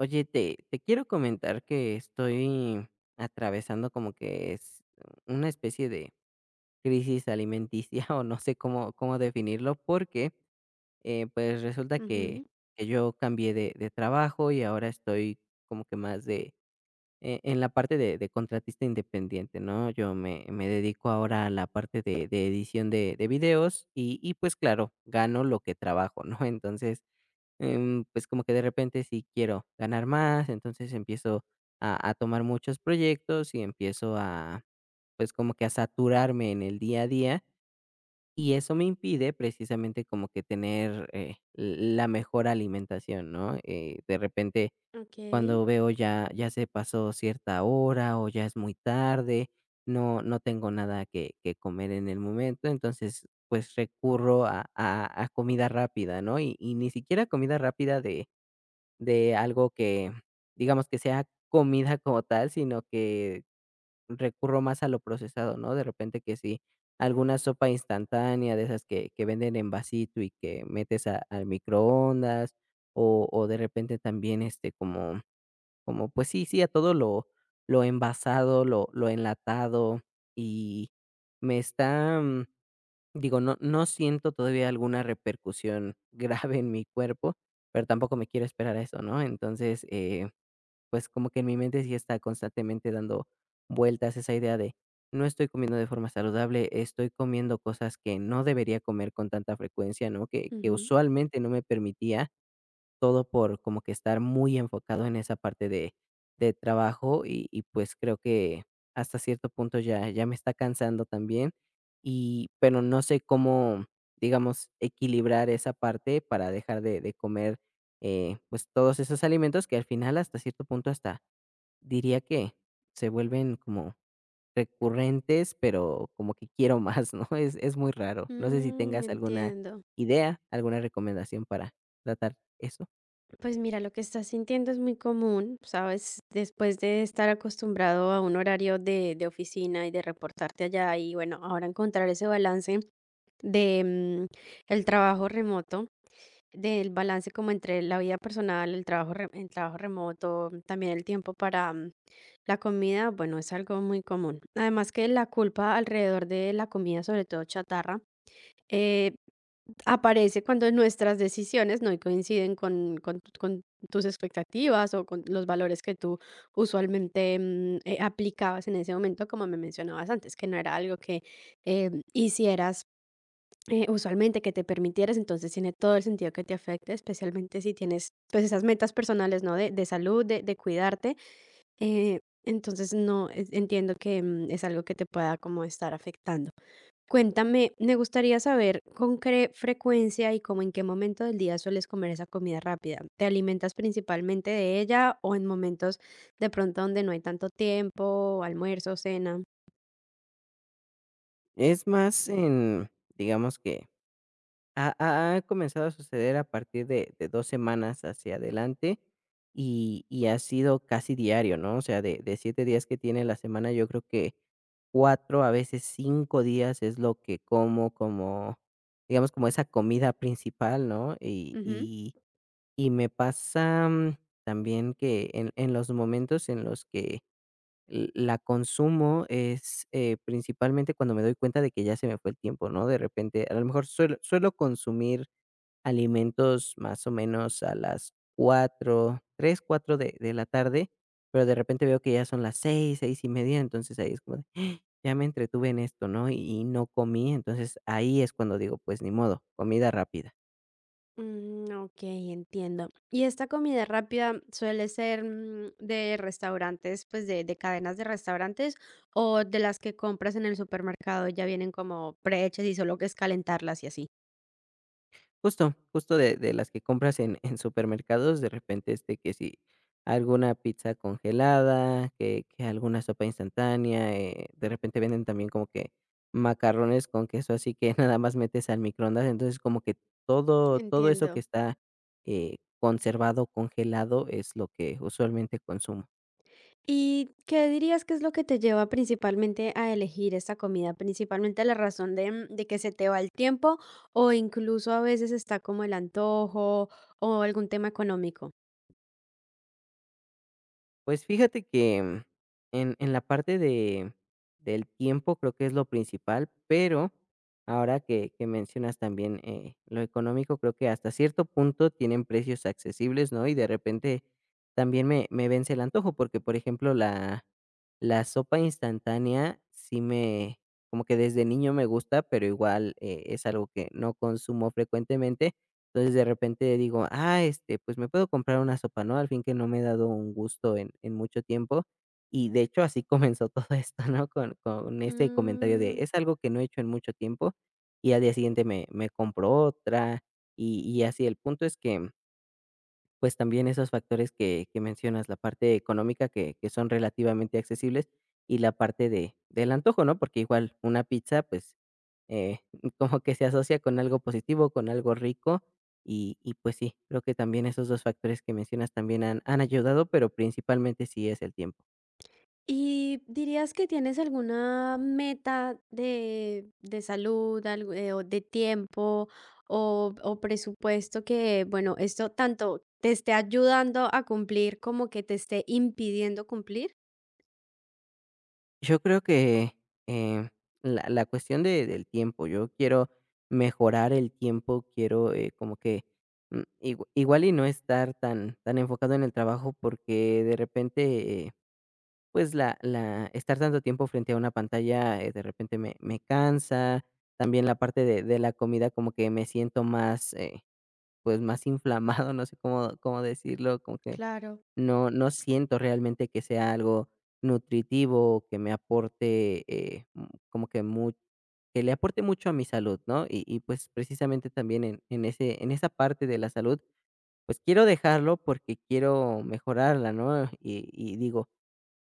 Oye, te quiero comentar que estoy atravesando como que es una especie de crisis alimenticia o no sé cómo definirlo porque pues resulta que, Ujú, yo cambié de trabajo y ahora estoy como que más de en la parte de contratista independiente, ¿no? Yo me dedico ahora a la parte de edición de videos y pues claro, gano lo que trabajo, ¿no? Entonces pues, como que de repente sí quiero ganar más, entonces empiezo a tomar muchos proyectos y empiezo pues, como que a saturarme en el día a día, y eso me impide precisamente como que tener, la mejor alimentación, ¿no? De repente, okey, cuando veo ya se pasó cierta hora o ya es muy tarde, no tengo nada que comer en el momento, entonces, pues, recurro a comida rápida, ¿no? Y ni siquiera comida rápida de algo que, digamos, que sea comida como tal, sino que recurro más a lo procesado, ¿no? De repente que sí, alguna sopa instantánea de esas que venden en vasito y que metes a al microondas, o de repente también, este, como pues sí, a todo lo envasado, lo enlatado, y me está mm, digo, no siento todavía alguna repercusión grave en mi cuerpo, pero tampoco me quiero esperar a eso, ¿no? Entonces, pues, como que en mi mente sí está constantemente dando vueltas esa idea de: "No estoy comiendo de forma saludable, estoy comiendo cosas que no debería comer con tanta frecuencia", ¿no? Que ujú, usualmente no me permitía todo por como que estar muy enfocado en esa parte de trabajo y pues creo que hasta cierto punto ya me está cansando también y pero no sé cómo, digamos, equilibrar esa parte para dejar de comer, pues, todos esos alimentos que al final hasta cierto punto hasta diría que se vuelven como recurrentes, pero como que quiero más, ¿no? Es muy raro. No sé si mm, tengas alguna entiendo. idea, alguna recomendación para tratar eso. Pues mira, lo que estás sintiendo es muy común, ¿sabes? Después de estar acostumbrado a un horario de oficina y de reportarte allá y bueno, ahora encontrar ese balance de, el trabajo remoto, del balance como entre la vida personal, el trabajo re el trabajo remoto, también el tiempo para, la comida, bueno, es algo muy común. Además que la culpa alrededor de la comida, sobre todo chatarra eh, aparece cuando nuestras decisiones no coinciden con, con tus expectativas o con los valores que tú usualmente aplicabas en ese momento, como me mencionabas antes, que no era algo que hicieras usualmente, que te permitieras, entonces tiene todo el sentido que te afecte, especialmente si tienes pues esas metas personales, ¿no? De salud, de cuidarte. Eh, entonces no es- entiendo que es algo que te pueda como estar afectando. Cuéntame, me gustaría saber con qué frecuencia y como en qué momento del día sueles comer esa comida rápida. ¿Te alimentas principalmente de ella o en momentos de pronto donde no hay tanto tiempo, almuerzo, cena? Es más en, digamos que ha comenzado a suceder a partir de 2 semanas hacia adelante y ha sido casi diario, ¿no? O sea, de 7 días que tiene la semana, yo creo que 4 a veces 5 días es lo que como digamos, como esa comida principal, ¿no? Y Ujú. y y me pasa, también que en los momentos en los que la consumo es principalmente cuando me doy cuenta de que ya se me fue el tiempo, ¿no? De repente, a lo mejor suelo consumir alimentos más o menos a las 4 3 4 de la tarde, pero de repente veo que ya son las seis, y media, entonces ahí es como, de, "Ah, ya me entretuve en esto, ¿no? Y no comí, entonces ahí es cuando digo, pues ni modo, comida rápida. Mm, ok, entiendo. ¿Y esta comida rápida suele ser de restaurantes, pues de cadenas de restaurantes o de las que compras en el supermercado y ya vienen como prehechas y solo que es calentarlas y así? Justo, justo de las que compras en supermercados, de repente, este, que si alguna pizza congelada, que alguna sopa instantánea, de repente venden también como que macarrones con queso, así que nada más metes al microondas, entonces como que todo eso que Entiendo. está, conservado, congelado, es lo que usualmente consumo. ¿Y qué dirías que es lo que te lleva principalmente a elegir esta comida? ¿Principalmente la razón de, de que se te va el tiempo o incluso a veces está como el antojo o algún tema económico? Pues fíjate que, en la parte de del tiempo creo que es lo principal, pero ahora que mencionas también, lo económico, creo que hasta cierto punto tienen precios accesibles, ¿no? Y de repente también me vence el antojo, porque, por ejemplo, la sopa instantánea sí me como que desde niño me gusta, pero igual, es algo que no consumo frecuentemente. Entonces, de repente digo: "Ah, este, pues me puedo comprar una sopa, ¿no? Al fin que no me he dado un gusto en mucho tiempo". Y de hecho, así comenzó todo esto, ¿no? Con ese comentario de: Mm, "Es algo que no he hecho en mucho tiempo", y al día siguiente me compro otra, y así. El punto es que pues también esos factores que, mencionas, la parte económica que, son relativamente accesibles y la parte de, del antojo, ¿no? Porque igual una pizza, pues eh, como que se asocia con algo positivo, con algo rico y pues sí, creo que también esos dos factores que mencionas también han ayudado, pero principalmente sí es el tiempo. ¿y dirías que tienes alguna meta de salud algo, o de tiempo o presupuesto que, bueno, esto tanto te esté ayudando a cumplir como que te esté impidiendo cumplir? Yo creo que, eh, la cuestión de del tiempo, yo quiero mejorar el tiempo, quiero, como que, igual y no estar tan enfocado en el trabajo, porque de repente, pues, la estar tanto tiempo frente a una pantalla, de repente me cansa. También la parte de la comida como que me siento más, pues, más inflamado, no sé cómo decirlo, como que Claro. no siento realmente que sea algo nutritivo o que me aporte, como que mu que le aporte mucho a mi salud, ¿no? Y, pues, precisamente también en esa parte de la salud, pues, quiero dejarlo porque quiero mejorarla, ¿no? Y digo,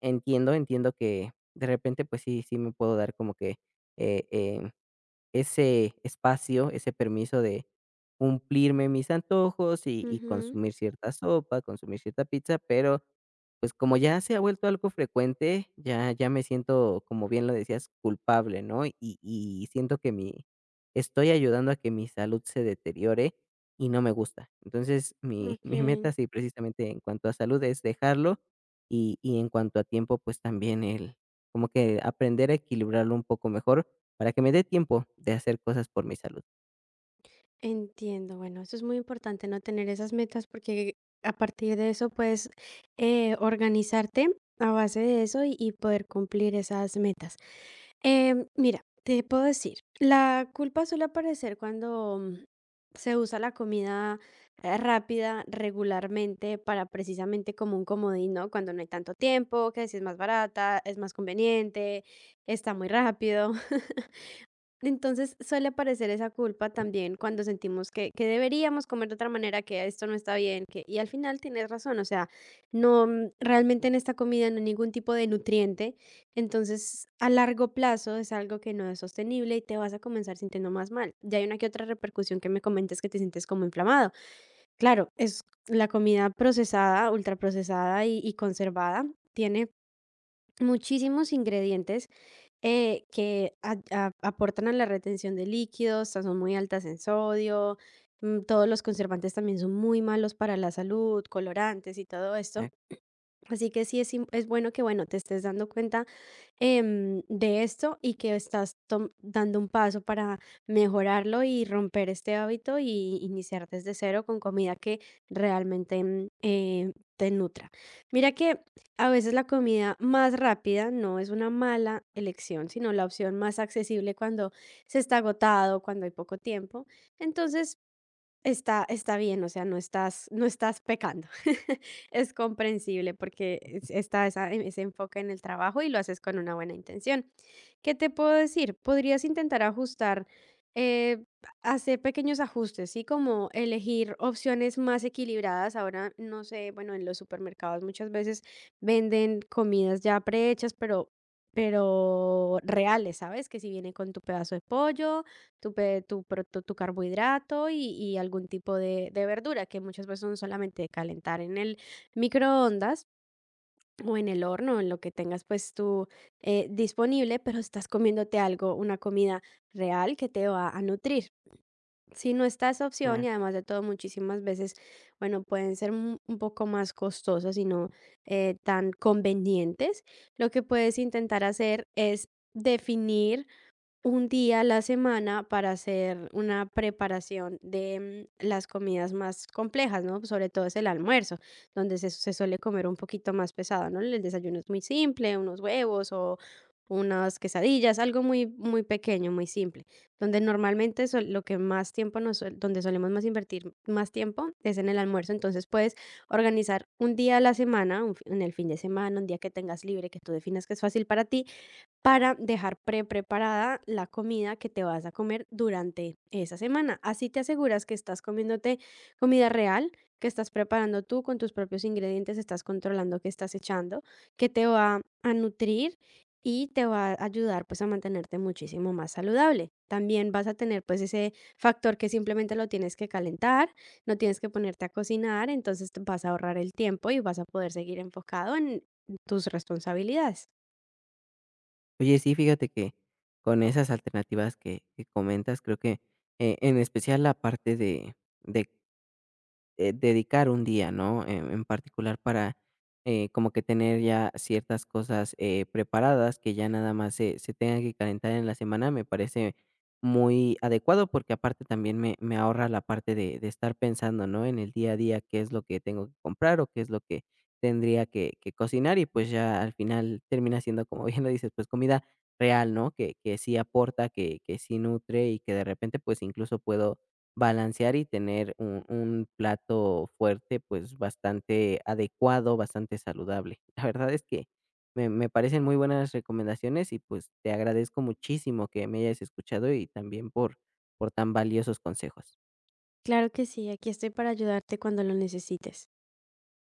entiendo que de repente, pues sí me puedo dar como que, eh, em ese espacio, ese permiso de cumplirme mis antojos y Ujú. consumir cierta sopa, consumir cierta pizza, pero, pues, como ya se ha vuelto algo frecuente, ya me siento, como bien lo decías, culpable, ¿no? Y siento que mi estoy ayudando a que mi salud se deteriore y no me gusta. Entonces, mi mi Okey, meta sí, precisamente, en cuanto a salud es dejarlo y en cuanto a tiempo, pues, también el como que aprender a equilibrarlo un poco mejor, para que me dé tiempo de hacer cosas por mi salud. entiendo. Bueno, eso es muy importante, ¿no? Tener esas metas, porque a partir de eso puedes, organizarte a base de eso y poder cumplir esas metas. Mira, te puedo decir, la culpa suele aparecer cuando, se usa la comida, rápida regularmente para precisamente como un comodín, ¿no? Cuando no hay tanto tiempo, que si es más barata, es más conveniente, está muy rápido. Entonces, suele aparecer esa culpa también cuando sentimos que deberíamos comer de otra manera, que esto no está bien, que y al final tienes razón, o sea, no, realmente en esta comida no hay ningún tipo de nutriente, entonces a largo plazo es algo que no es sostenible y te vas a comenzar sintiendo más mal. Ya hay una que otra repercusión que me comentas que te sientes como inflamado. Claro, es la comida procesada, ultraprocesada y conservada, tiene muchísimos ingredientes que a aportan a la retención de líquidos, o sea, son muy altas en sodio, mm, todos los conservantes también son muy malos para la salud, colorantes y todo esto. Ah, Así que sí es, es bueno que, bueno, te estés dando cuenta de esto y que estás dando un paso para mejorarlo y romper este hábito y iniciar desde cero con comida que realmente te nutra. Mira que a veces la comida más rápida no es una mala elección, sino la opción más accesible cuando se está agotado, cuando hay poco tiempo. Entonces está, está bien, o sea, no estás, no estás pecando. Es comprensible porque está ese enfoque en el trabajo y lo haces con una buena intención. ¿Qué te puedo decir? Podrías intentar ajustar, eh, hacer pequeños ajustes, ¿sí? Como elegir opciones más equilibradas. Ahora, no sé, bueno, en los supermercados muchas veces venden comidas ya prehechas, pero reales, ¿sabes? Que si viene con tu pedazo de pollo, tu, tu, tu carbohidrato y algún tipo de verdura, que muchas veces son solamente de calentar en el, microondas o en el horno, en lo que tengas pues tú disponible, pero estás comiéndote algo, una comida real que te va a nutrir. Si no está esa opción ah. y además de todo muchísimas veces, bueno, pueden ser un poco más costosas y no tan convenientes, lo que puedes intentar hacer es definir un día a la semana para hacer una preparación de las comidas más complejas, ¿no? Sobre todo es el almuerzo, donde se suele comer un poquito más pesado, ¿no? El desayuno es muy simple, unos huevos o unas quesadillas, algo muy, muy pequeño, muy simple. Donde normalmente lo que más tiempo nos, donde solemos más invertir más tiempo es en el almuerzo. Entonces puedes organizar un día a la semana, un en el fin de semana, un día que tengas libre, que tú definas que es fácil para ti, para dejar pre-preparada la comida que te vas a comer durante esa semana. Así te aseguras que estás comiéndote comida real, que estás preparando tú con tus propios ingredientes, estás controlando qué estás echando, que te va a nutrir y te va a ayudar pues a mantenerte muchísimo más saludable. También vas a tener pues ese factor que simplemente lo tienes que calentar, no tienes que ponerte a cocinar, entonces te vas a ahorrar el tiempo y vas a poder seguir enfocado en tus responsabilidades. Oye, sí, fíjate que con esas alternativas que comentas, creo que, en especial la parte de de dedicar un día, ¿no? En particular para como que tener ya ciertas cosas preparadas que ya nada más se tengan que calentar en la semana me parece muy adecuado porque aparte también me ahorra la parte de estar pensando, ¿no? En el día a día qué es lo que tengo que comprar o qué es lo que tendría que, cocinar y pues ya al final termina siendo, como bien lo dices, pues comida real, ¿no? Que, sí aporta, que, sí nutre y que de repente pues incluso puedo balancear y tener un plato fuerte, pues, bastante adecuado, bastante saludable. La verdad es que me parecen muy buenas recomendaciones y, pues, te agradezco muchísimo que me hayas escuchado y también por tan valiosos consejos. Claro que sí, aquí estoy para ayudarte cuando lo necesites.